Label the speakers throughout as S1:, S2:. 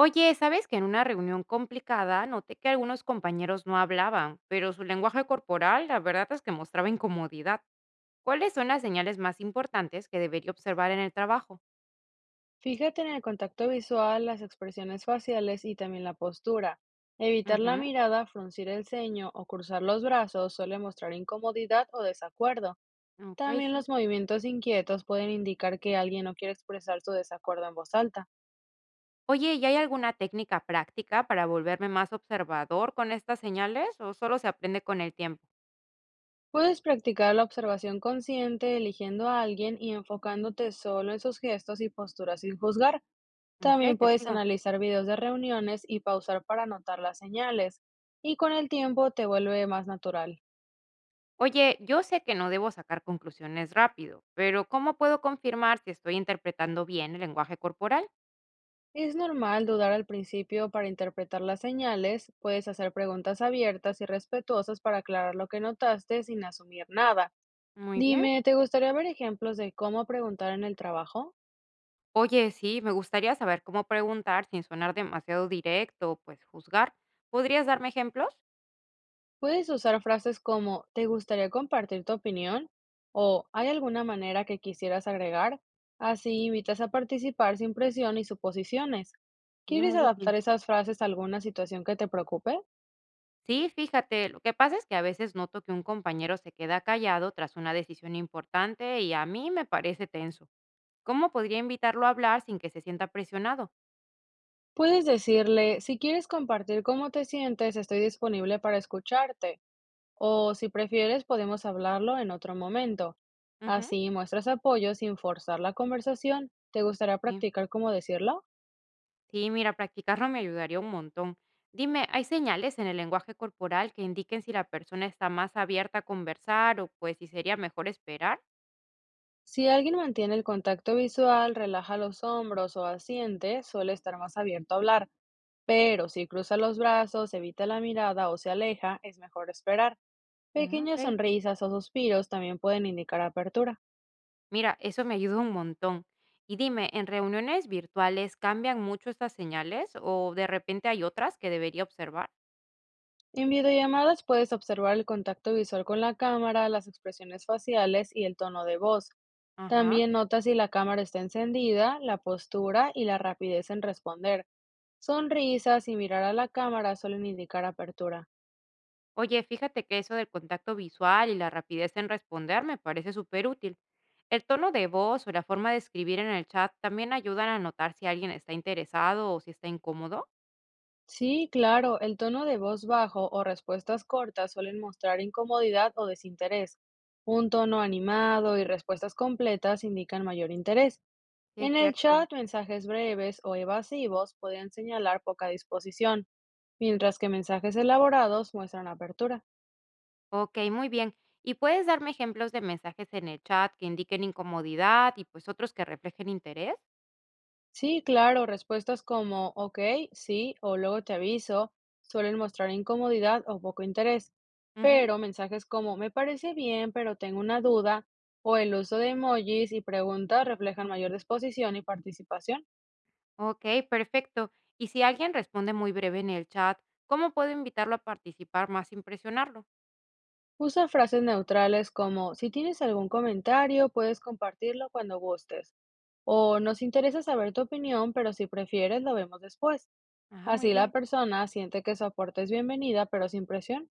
S1: Oye, ¿sabes que en una reunión complicada noté que algunos compañeros no hablaban, pero su lenguaje corporal, la verdad es que mostraba incomodidad? ¿Cuáles son las señales más importantes que debería observar en el trabajo?
S2: Fíjate en el contacto visual, las expresiones faciales y también la postura. Evitar la
S1: Ujú.
S2: mirada, fruncir el ceño o cruzar los brazos suele mostrar incomodidad o desacuerdo.
S1: Ok,
S2: También
S1: sí.
S2: los movimientos inquietos pueden indicar que alguien no quiere expresar su desacuerdo en voz alta.
S1: Oye, ¿y hay alguna técnica práctica para volverme más observador con estas señales o solo se aprende con el tiempo?
S2: Puedes practicar la observación consciente, eligiendo a alguien y enfocándote solo en sus gestos y posturas sin juzgar. También
S1: Ok, te
S2: puedes
S1: sigo.
S2: analizar videos de reuniones y pausar para notar las señales. Y con el tiempo te vuelve más natural.
S1: Oye, yo sé que no debo sacar conclusiones rápido, pero ¿cómo puedo confirmar si estoy interpretando bien el lenguaje corporal?
S2: Es normal dudar al principio para interpretar las señales, puedes hacer preguntas abiertas y respetuosas para aclarar lo que notaste sin asumir nada.
S1: Muy bien.
S2: Dime, ¿te gustaría ver ejemplos de cómo preguntar en el trabajo?
S1: Oye, sí, me gustaría saber cómo preguntar sin sonar demasiado directo o pues juzgar. ¿Podrías darme ejemplos?
S2: Puedes usar frases como ¿te gustaría compartir tu opinión? O ¿hay alguna manera que quisieras agregar? Así invitas a participar sin presión y suposiciones.
S1: Sí,
S2: ¿Quieres
S1: muy útil.
S2: adaptar esas frases a alguna situación que te preocupe?
S1: Sí, fíjate, lo que pasa es que a veces noto que un compañero se queda callado tras una decisión importante y a mí me parece tenso. ¿Cómo podría invitarlo a hablar sin que se sienta presionado?
S2: Puedes decirle, si quieres compartir cómo te sientes, estoy disponible para escucharte, o si prefieres, podemos hablarlo en otro momento.
S1: Ujú.
S2: Así muestras apoyo sin forzar la conversación. ¿Te gustaría
S1: Sí.
S2: practicar cómo decirlo?
S1: Sí, mira, practicarlo me ayudaría un montón. Dime, ¿hay señales en el lenguaje corporal que indiquen si la persona está más abierta a conversar o pues si sería mejor esperar?
S2: Si alguien mantiene el contacto visual, relaja los hombros o asiente, suele estar más abierto a hablar, pero si cruza los brazos, evita la mirada o se aleja, es mejor esperar.
S1: Ujú. Ok.
S2: Pequeñas sonrisas o suspiros también pueden indicar apertura.
S1: Mira, eso me ayuda un montón. Y dime, ¿en reuniones virtuales cambian mucho estas señales o de repente hay otras que debería observar?
S2: En videollamadas puedes observar el contacto visual con la cámara, las expresiones faciales y el tono de voz.
S1: Ajá.
S2: También notas si la cámara está encendida, la postura y la rapidez en responder. Sonrisas y mirar a la cámara suelen indicar apertura.
S1: Oye, fíjate que eso del contacto visual y la rapidez en responder me parece súper útil. El tono de voz o la forma de escribir en el chat también ayudan a notar si alguien está interesado o si está incómodo.
S2: Sí, claro, el tono de voz bajo o respuestas cortas suelen mostrar incomodidad o desinterés. Un tono animado y respuestas completas indican mayor interés.
S1: Sí, es
S2: En el
S1: cierto.
S2: chat, mensajes breves o evasivos podrían señalar poca disposición. Mientras que mensajes elaborados muestran apertura.
S1: Ok, muy bien. ¿Y puedes darme ejemplos de mensajes en el chat que indiquen incomodidad y pues otros que reflejen interés?
S2: Sí, claro, respuestas como ok, sí o luego te aviso suelen mostrar incomodidad o poco interés,
S1: Ujú.
S2: pero mensajes como me parece bien, pero tengo una duda o el uso de emojis y preguntas reflejan mayor disposición y participación.
S1: Ok, perfecto. Y si alguien responde muy breve en el chat, ¿cómo puedo invitarlo a participar más sin presionarlo?
S2: Usa frases neutrales como si tienes algún comentario, puedes compartirlo cuando gustes. O nos interesa saber tu opinión, pero si prefieres lo vemos después.
S1: Ah, muy
S2: Así la
S1: bien.
S2: persona siente que su aporte es bienvenida, pero sin presión.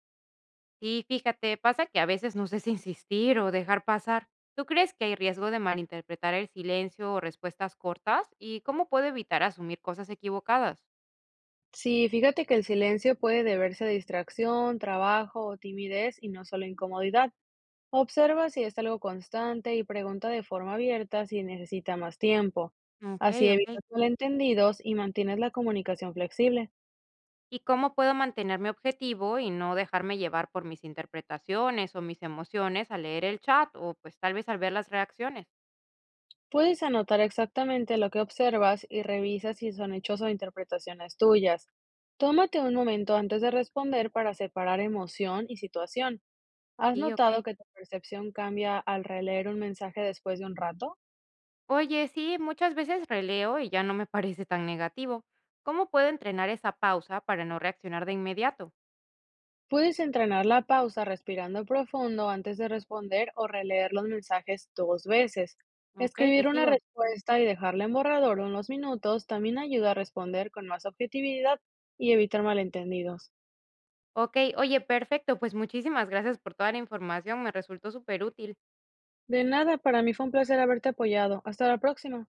S1: Sí, fíjate, pasa que a veces no sé si insistir o dejar pasar. ¿Tú crees que hay riesgo de malinterpretar el silencio o respuestas cortas? ¿Y cómo puedo evitar asumir cosas equivocadas?
S2: Sí, fíjate que el silencio puede deberse a distracción, trabajo o timidez y no solo incomodidad. Observa si es algo constante y pregunta de forma abierta si necesita más tiempo.
S1: Ok,
S2: Así evitas
S1: ok.
S2: malentendidos y mantienes la comunicación flexible.
S1: ¿Y cómo puedo mantenerme objetivo y no dejarme llevar por mis interpretaciones o mis emociones al leer el chat o pues tal vez al ver las reacciones?
S2: Puedes anotar exactamente lo que observas y revisa si son hechos o interpretaciones tuyas. Tómate un momento antes de responder para separar emoción y situación. ¿Has
S1: Sí,
S2: notado
S1: ok.
S2: que tu percepción cambia al releer un mensaje después de un rato?
S1: Oye, sí, muchas veces releo y ya no me parece tan negativo. ¿Cómo puedo entrenar esa pausa para no reaccionar de inmediato?
S2: Puedes entrenar la pausa respirando profundo antes de responder o releer los mensajes 2 veces.
S1: Ok, te
S2: Escribir una
S1: sigo.
S2: respuesta y dejarla en borrador unos minutos también ayuda a responder con más objetividad y evitar malentendidos.
S1: Ok, oye, perfecto. Pues muchísimas gracias por toda la información, me resultó súper útil.
S2: De nada, para mí fue un placer haberte apoyado. Hasta la próxima.